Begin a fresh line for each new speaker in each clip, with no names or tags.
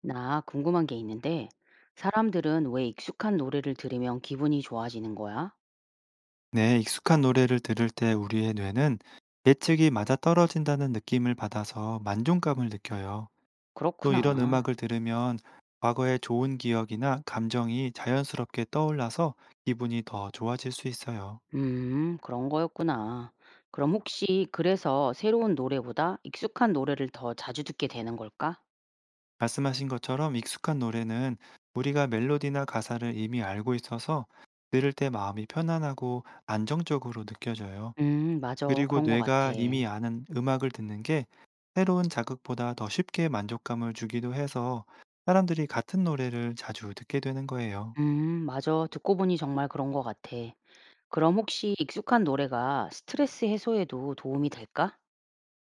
나 궁금한 게 있는데, 사람들은 왜 익숙한 노래를 들으면 기분이 좋아지는 거야?
네, 익숙한 노래를 들을 때 우리의 뇌는 예측이 맞아떨어진다는 느낌을 받아서 만족감을 느껴요. 또 이런
그렇구나.
음악을 들으면 과거의 좋은 기억이나 감정이 자연스럽게 떠올라서 기분이 더 좋아질 수 있어요.
그런 거였구나. 그럼 혹시 그래서 새로운 노래보다 익숙한 노래를 더 자주 듣게 되는 걸까?
말씀하신 것처럼 익숙한 노래는 우리가 멜로디나 가사를 이미 알고 있어서 들을 때 마음이 편안하고 안정적으로 느껴져요.
맞아.
그리고
그런 거 같아.
뇌가 이미 아는 음악을 듣는 게 새로운 자극보다 더 쉽게 만족감을 주기도 해서 사람들이 같은 노래를 자주 듣게 되는 거예요.
맞아. 듣고 보니 정말 그런 거 같아. 그럼 혹시 익숙한 노래가 스트레스 해소에도 도움이 될까?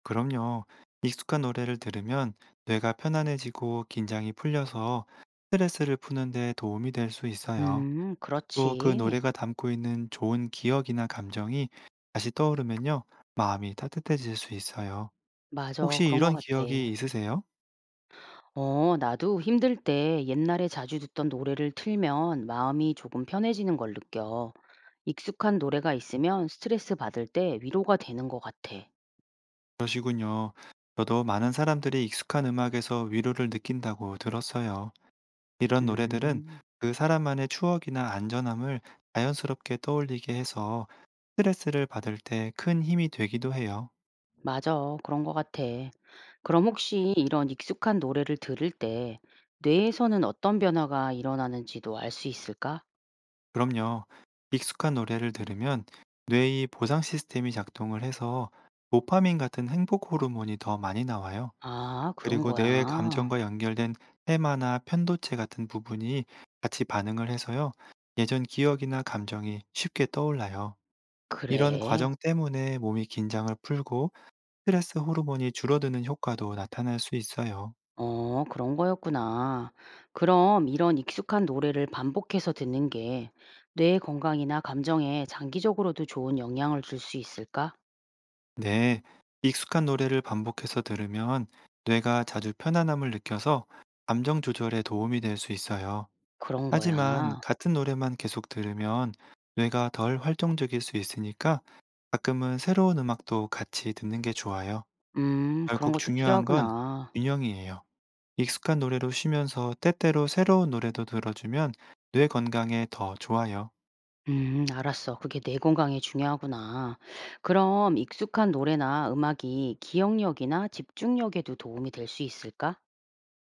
그럼요. 익숙한 노래를 들으면 뇌가 편안해지고 긴장이 풀려서 스트레스를 푸는 데 도움이 될 수 있어요. 또 그
그렇지.
노래가 담고 있는 좋은 기억이나 감정이 다시 떠오르면요. 마음이 따뜻해질 수 있어요.
맞아.
혹시
그런 거
이런 기억이
같아.
있으세요?
어, 나도 힘들 때 옛날에 자주 듣던 노래를 틀면 마음이 조금 편해지는 걸 느껴. 익숙한 노래가 있으면 스트레스 받을 때 위로가 되는 것 같아.
그러시군요. 저도 많은 사람들이 익숙한 음악에서 위로를 느낀다고 들었어요. 이런 노래들은
음,
그 사람만의 추억이나 안전함을 자연스럽게 떠올리게 해서 스트레스를 받을 때 큰 힘이 되기도 해요.
맞아. 그런 것 같아. 그럼 혹시 이런 익숙한 노래를 들을 때 뇌에서는 어떤 변화가 일어나는지도 알 수 있을까?
그럼요. 익숙한 노래를 들으면 뇌의 보상 시스템이 작동을 해서 도파민 같은 행복 호르몬이 더 많이 나와요.
아, 그런
그리고 뇌의
거야.
감정과 연결된 테마나 편도체 같은 부분이 같이 반응을 해서요. 예전 기억이나 감정이 쉽게 떠올라요. 이런
그래.
과정 때문에 몸이 긴장을 풀고 스트레스 호르몬이 줄어드는 효과도 나타날 수 있어요.
어, 그런 거였구나. 그럼 이런 익숙한 노래를 반복해서 듣는 게 뇌 건강이나 감정에 장기적으로도 좋은 영향을 줄 수 있을까?
네. 익숙한 노래를 반복해서 들으면 뇌가 자주 편안함을 느껴서 감정 조절에 도움이 될 수 있어요.
그런
하지만
거야.
같은 노래만 계속 들으면 뇌가 덜 활동적일 수 있으니까 가끔은 새로운 음악도 같이 듣는 게 좋아요.
그런
결국
것도
중요한 건
필요하구나.
균형이에요. 익숙한 노래로 쉬면서 때때로 새로운 노래도 들어주면 뇌 건강에 더 좋아요.
알았어. 그게 뇌 건강에 중요하구나. 그럼 익숙한 노래나 음악이 기억력이나 집중력에도 도움이 될 수 있을까?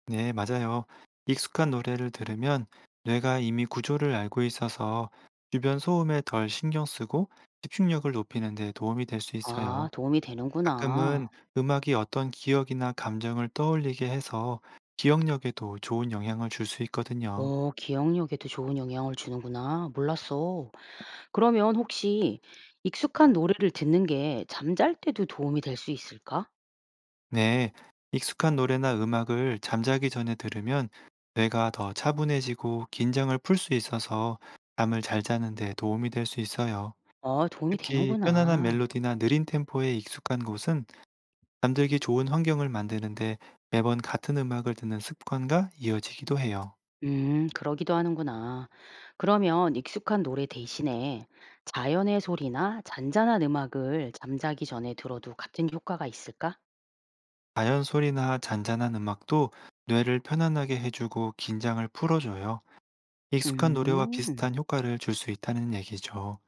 네, 맞아요. 익숙한 노래를 들으면 뇌가 이미 구조를 알고 있어서 주변 소음에 덜 신경 쓰고 집중력을 높이는 데 도움이 될 수
아,
있어요.
도움이
가끔은
되는구나.
음악이 어떤 기억이나 감정을 떠올리게 해서 기억력에도 좋은 영향을 줄 수 있거든요.
오, 기억력에도 좋은 영향을 주는구나. 몰랐어. 그러면 혹시 익숙한 노래를 듣는 게 잠잘 때도 도움이 될 수 있을까?
네, 익숙한 노래나 음악을 잠자기 전에 들으면 뇌가 더 차분해지고 긴장을 풀 수 있어서 잠을 잘 자는 데 도움이 될 수 있어요.
어, 도움이
특히 편안한
되는구나.
멜로디나 느린 템포에 익숙한 곳은 잠들기 좋은 환경을 만드는데 매번 같은 음악을 듣는 습관과 이어지기도 해요.
그러기도 하는구나. 그러면 익숙한 노래 대신에 자연의 소리나 잔잔한 음악을 잠자기 전에 들어도 같은 효과가 있을까?
자연 소리나 잔잔한 음악도 뇌를 편안하게 해주고 긴장을 풀어줘요. 익숙한 노래와
음,
비슷한 효과를 줄 수 있다는 얘기죠.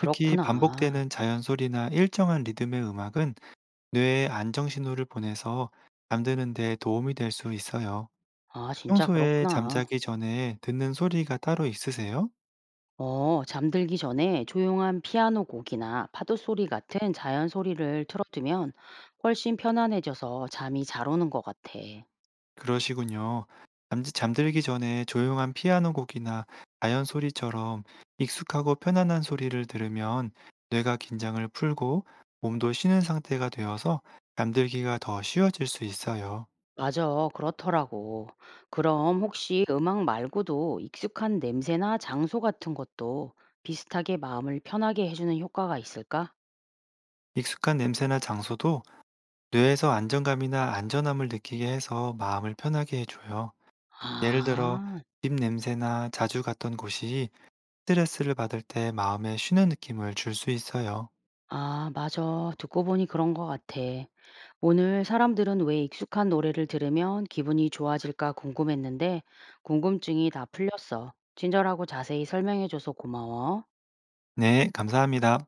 특히 반복되는 자연 소리나 일정한 리듬의 음악은 뇌에 안정 신호를 보내서 잠드는 데 도움이 될 수 있어요.
아, 진짜
평소에
그렇구나.
잠자기 전에 듣는 소리가 따로 있으세요?
어, 잠들기 전에 조용한 피아노 곡이나 파도 소리 같은 자연 소리를 틀어두면 훨씬 편안해져서 잠이 잘 오는 것 같아.
그러시군요. 잠 잠들기 전에 조용한 피아노 곡이나 자연 소리처럼 익숙하고 편안한 소리를 들으면 뇌가 긴장을 풀고 몸도 쉬는 상태가 되어서 잠들기가 더 쉬워질 수 있어요.
맞아, 그렇더라고. 그럼 혹시 음악 말고도 익숙한 냄새나 장소 같은 것도 비슷하게 마음을 편하게 해주는 효과가 있을까?
익숙한 냄새나 장소도 뇌에서 안정감이나 안전함을 느끼게 해서 마음을 편하게 해줘요. 예를 들어
아,
집 냄새나 자주 갔던 곳이 스트레스를 받을 때 마음에 쉬는 느낌을 줄 수 있어요.
아, 맞아. 듣고 보니 그런 것 같아. 오늘 사람들은 왜 익숙한 노래를 들으면 기분이 좋아질까 궁금했는데 궁금증이 다 풀렸어. 친절하고 자세히 설명해줘서 고마워.
네, 감사합니다.